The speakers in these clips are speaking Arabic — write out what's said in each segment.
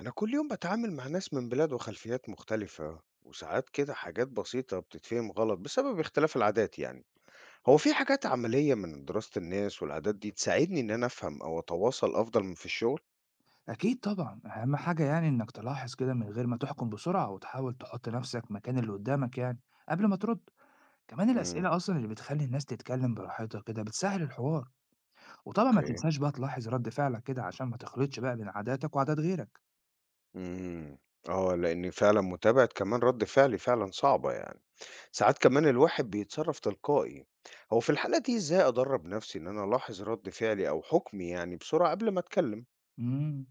أنا كل يوم بتعامل مع ناس من بلاد وخلفيات مختلفة وساعات كده حاجات بسيطة بتتفهم غلط بسبب اختلاف العادات يعني. هو في حاجات عملية من دراسة الناس والعادات دي تساعدني إن أنا أفهم أو أتواصل أفضل من في الشغل؟ أكيد طبعًا، أهم حاجة يعني إنك تلاحظ كده من غير ما تحكم بسرعة، وتحاول تحط نفسك مكان اللي قدامك يعني قبل ما ترد. كمان امم الأسئلة أصلًا اللي بتخلّي الناس تتكلم براحتها كده بتسهّل الحوار، وطبعًا ما أوكي. تنساش بقى تلاحظ رد فعلك كده عشان ما تخلطش بقى بين عاداتك وعادات غيرك. امم اه لأن فعلا متابعة كمان رد فعلي فعلا صعبة يعني. ساعات كمان الواحد بيتصرف تلقائي. هو في الحالة دي إزاي أدرب نفسي إن أنا ألاحظ رد فعلي أو حكمي يعني بسرعة قبل ما أتكلم؟ إمم،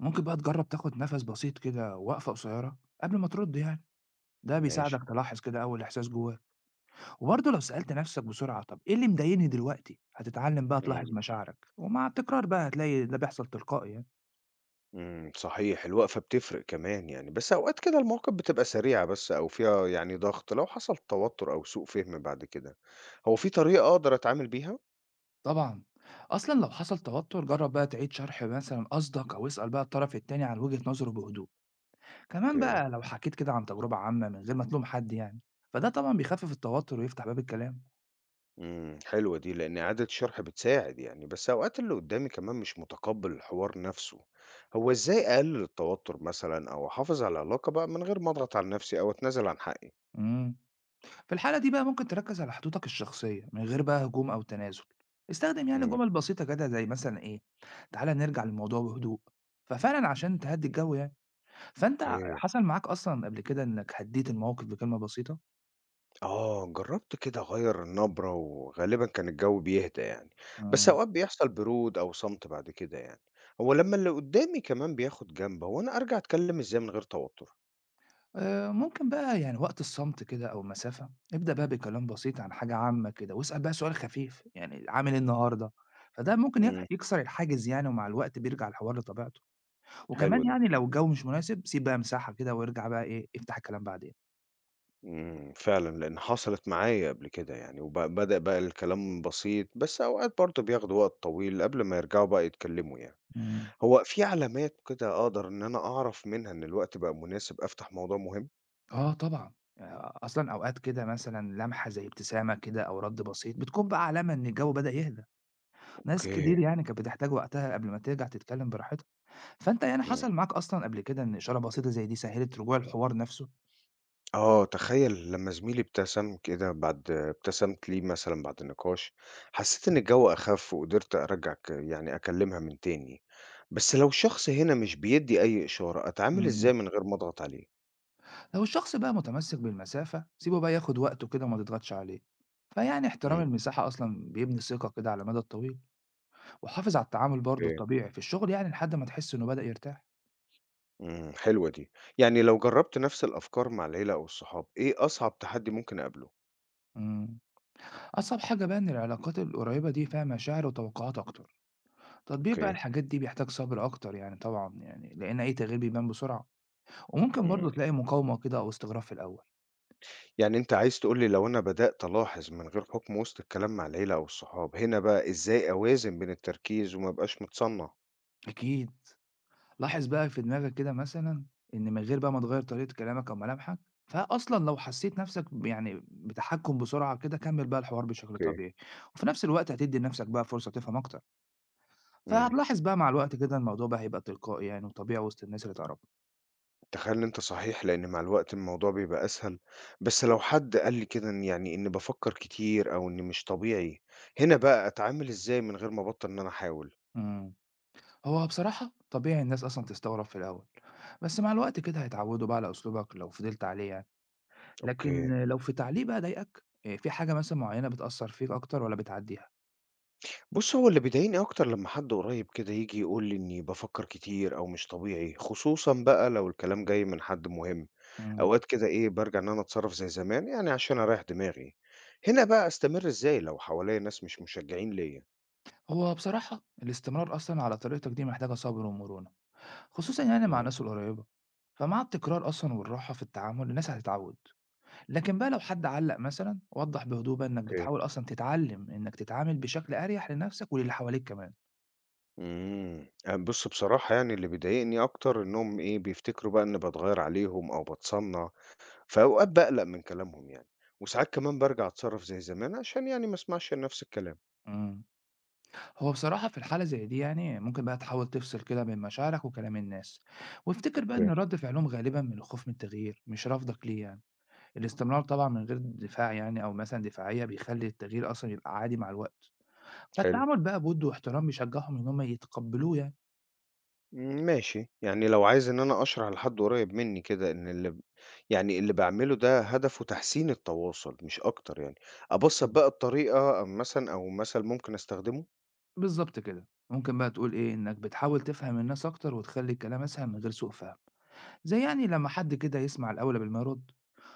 ممكن بقى تجرّب تاخد نفس بسيط كده وقفة قصيرة قبل ما ترد يعني. ده ماشي. بيساعدك تلاحظ كده أول إحساس جواك، وبرضه لو سألت نفسك بسرعة طب إيه اللي مضايقني دلوقتي؟ هتتعلم بقى تلاحظ مشاعرك، ومع التكرار بقى هتلاقي ده بيحصل تلقائي يعني. إمم، صحيح، الوقفة بتفرق كمان يعني، بس أوقات كده المواقف بتبقى سريعة بس أو فيها يعني ضغط، لو حصل توتر أو سوء فهم بعد كده، هو في طريقة أقدر أتعامل بيها؟ طبعًا. أصلًا لو حصل توتُّر، جرّب بقى تعيد شرح مثلًا قصدك أو اسأل بقى الطرف التاني عن وجهة نظره بهدوء. كمان أوكي، بقى لو حكيت كده عن تجربة عامة من غير ما تلوم حد يعني، فده طبعًا بيخفِّف التوتُّر ويفتح باب الكلام. إمم، حلوة دي، لإن إعادة الشرح بتساعد يعني، بس أوقات اللي قدامي كمان مش متقبل الحوار نفسه، هو إزاي أقلل التوتر مثلًا أو أحافظ على العلاقة بقى من غير ما أضغط على نفسي أو أتنازل عن حقي؟ إمم. في الحالة دي بقى ممكن تركّز على حدودك الشخصية من غير بقى هجوم أو تنازُل. استخدم يعني إمم، جُمل بسيطة كده زي مثلًا إيه، تعالَ نرجع للموضوع بهدوء، ففعلًا عشان تهدّي الجو يعني. فأنت أوكي. حصل معاك أصلًا قبل كده إنّك هدّيت الموقف بكلمة بسيطة؟ آه، جرّبت كده أغيّر النبرة وغالبًا كان الجو بيهدى يعني، بس إمم. أوقات بيحصل برود أو صمت بعد كده يعني، هو لمّا اللي قدّامي كمان بياخد جنب هو أنا أرجع أتكلّم إزاي من غير توتُّر؟ ممكن بقى يعني وقت الصمت كده أو المسافة، ابدأ بقى بكلام بسيط عن حاجة عامة كده، واسأل بقى سؤال خفيف، يعني عامل إيه النهارده؟ فده ممكن إمم، يكسر الحاجز يعني، ومع الوقت بيرجع الحوار لطبيعته. وكمان حلوة دي، يعني لو الجو مش مناسب سيب بقى مساحة كده وارجع بقى إيه، افتح الكلام بعدين. إمم، فعلًا لإن حصلت معايا قبل كده يعني وب بدأ بقى الكلام بسيط، بس أوقات برضه بياخدوا وقت طويل قبل ما يرجعوا بقى يتكلّموا يعني، إمم، هو في علامات كده أقدر إن أنا أعرف منها إن الوقت بقى مناسب أفتح موضوع مهم؟ آه طبعًا، أصلًا أوقات كده مثلًا لمحة زي ابتسامة كده أو رد بسيط بتكون بقى علامة إن الجو بدأ يهدى. ناس أوكي، كتير يعني كانت بتحتاج وقتها قبل ما ترجع تتكلم براحتها. فأنت يعني إمم. حصل معاك أصلًا قبل كده إن إشارة بسيطة زي دي سهّلت رجوع الحوار نفسه؟ آه، تخيّل لمّا زميلي ابتسم كده بعد ابتسمت ليه مثلًا بعد نقاش، حسّيت إن الجو أخَف وقدرت أرجّع ك يعني أكلّمها من تاني، بس لو الشخص هنا مش بيدّي أي إشارة، أتعامل إزاي إمم. من غير ما أضغط عليه؟ لو الشخص بقى متمسك بالمسافة، سيبه بقى ياخد وقته كده وما تضغطش عليه. فيعني احترام إمم، المساحة أصلًا بيبني ثقة كده على المدى الطويل، وحافظ على التعامل برضه أوكي، الطبيعي في الشغل يعني لحد ما تحس إنه بدأ يرتاح. إمم، حلوة دي. يعني لو جرّبت نفس الأفكار مع العيلة أو الصحاب، إيه أصعب تحدّي ممكن أقابله؟ إمم. أصعب حاجة بقى إن العلاقات القريبة دي فيها مشاعر وتوقعات أكتر. تطبيق بقى أوكي، الحاجات دي بيحتاج صبر أكتر يعني طبعًا يعني، لإن أي تغيير بيبان بسرعة، وممكن إمم. برضه تلاقي مقاومة كده أو استغراب في الأول. يعني أنت عايز تقول لي لو أنا بدأت ألاحظ من غير حُكم وسط الكلام مع العيلة أو الصحاب، هنا بقى إزاي أوازن بين التركيز وما أبقاش متصنّع؟ أكيد. لاحظ بقى في دماغك كده مثلًا إن من غير بقى ما تغيّر طريقة كلامك أو ملامحك. فأصلًا لو حسّيت نَفْسك يعني بتحكُّم بسرعة كده كمّل بقى الحوار بشكل أوكي، طبيعي، وفي نَفْس الوقت هتدّي لنَفْسك بقى فرصة تفهم أكتر. إمم. فهتلاحظ بقى مع الوقت كده الموضوع بقى هيبقى تلقائي يعني وطبيعي وسط الناس اللي تعرفها. تخيل أنت صحيح، لإن مع الوقت الموضوع بيبقى أسهل، بس لو حد قال لي كده إن يعني إني بافكّر كتير أو إني مش طبيعي، هنا بقى أتعامل إزاي من غير ما أبطّل إن أنا أحاول؟ إمم. هو بصراحة طبيعي الناس أصلًا تستغرب في الأول، بس مع الوقت كده هيتعوّدوا بقى على أسلوبك لو فضلت عليه يعني. أوكي. لكن لو في تعليق بقى ضايقك، في حاجة مثلًا معيّنة بتأثّر فيك أكتر والّا بتعدّيها؟ بُص، هو اللي بيضايقني أكتر لمّا حد قريّب كده ييجي يقول لي إني بافكّر كتير أو مش طبيعي، خصوصًا بقى لو الكلام جاي من حد مهم. إمم. أوقات كده إيه، بارجع إن أنا أتصرّف زي زمان يعني عشان أريّح دماغي. هنا بقى أستمر إزاي لو حواليّا ناس مش مشجّعين ليّا؟ هو بصراحة الاستمرار أصلا على طريقتك دي محتاجة صبر ومرونة، خصوصا يعني مع إمم، الناس القريبة. فمع التكرار أصلا والراحة في التعامل الناس هتتعود. لكن بقى لو حد علق مثلا وضح بهدوء بقى إنك أوكي. بتحاول أصلا تتعلم إنك تتعامل بشكل أريح لنفسك وللي حواليك كمان. إمم. بُص بصراحة يعني اللي بيضايقني أكتر إنّهم إيه، بيفتكروا بقى إنّي باتغيّر عليهم أو باتصنّع، فأوقات باقلق من كلامهم يعني، وساعات كمان بارجع أتصرّف زي زمان عشان يعني ما اسمعش لنفْسي الكلام. مم. هو بصراحة في الحالة زي دي يعني ممكن بقى تحاول تفصل كده بين مشاعرك وكلام الناس، وافتكر بقى إن أوكي. رد فعلهم غالبا من الخوف من التغيير مش رفضك ليه يعني. الاستمرار طبعا من غير دفاع يعني أو مثلا دفاعية بيخلي التغيير أصلا يبقى عادي مع الوقت. حلو. فالتعامل بقى بود واحترام بيشجّعهم إن هم يتقبّلوه يعني. إمم ماشي. يعني لو عايز إن أنا أشرح لحد قريّب منّي كده إن اللي ب يعني اللي باعمله ده هدفه تحسين التواصل مش أكتر يعني، أبسّط إمم. بقى الطريقة مثلًا أو مثل ممكن أستخدمه؟ بالضبط كده. ممكن بقى تقول إيه، إنك بتحاول تفهم الناس أكتر وتخلّي الكلام أسهل من غير سوء فهم، زي يعني لمّا حد كده يسمع الأول قبل ما يرُد.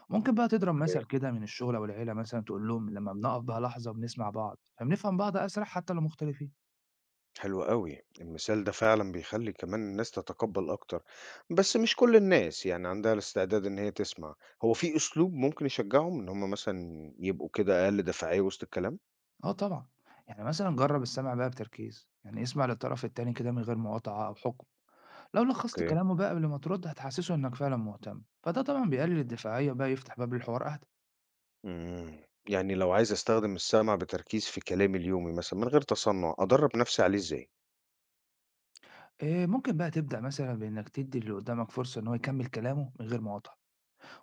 ممكن بقى تضرب أوكي. مثل كده من الشغل أو العيلة مثلًا تقول لهم لمّا بنقف بقى لحظة وبنسمع بعض، فبنفهم بعض أسرع حتى لو مختلفين. حلو أوي، المثال ده فعلًا بيخلّي كمان الناس تتقبّل أكتر، بس مش كل الناس يعني عندها الاستعداد إن هي تسمع، هو في أسلوب ممكن يشجّعهم إن هم مثلًا يبقوا كده أقل دفاعية وسط الكلام؟ آه طبعًا. يعني مثلًا جرّب السمع بقى بتركيز، يعني اسمع للطرف التاني كده من غير مقاطعة أو حُكم. لو لخّصت أوكي، كلامه بقى قبل ما ترُد هتحسّسه إنك فعلًا مهتم، فده طبعًا بيقلل الدفاعية بقى يفتح باب للحوار أهدى. إمم، يعني لو عايز أستخدم السمع بتركيز في كلامي اليومي مثلًا من غير تصنُّع، أدرّب نَفْسي عليه إزاي؟ ممكن بقى تبدأ مثلًا بإنك تدّي اللي قدّامك فرصة إن هو يكمّل كلامه من غير مقاطعة،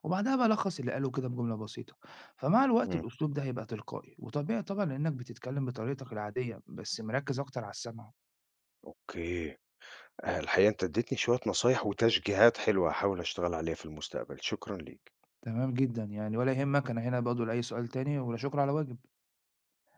وبعدها بقى لخّص اللي قاله كده بجملة بسيطة. فمع الوقت إمم، الأسلوب ده هيبقى تلقائي، وطبيعي طبعًا لإنك بتتكلّم بطريقتك العادية، بس مركّز أكتر على السمع. أوكي، الحقيقة أنت ادّيتني شوية نصايح وتشجيعات حلوة هاحاول أشتغل عليها في المستقبل، شكرًا ليك. تمام جدًا يعني، ولا يهمك أنا هنا برضه لأي سؤال تاني، ولا شكر على واجب.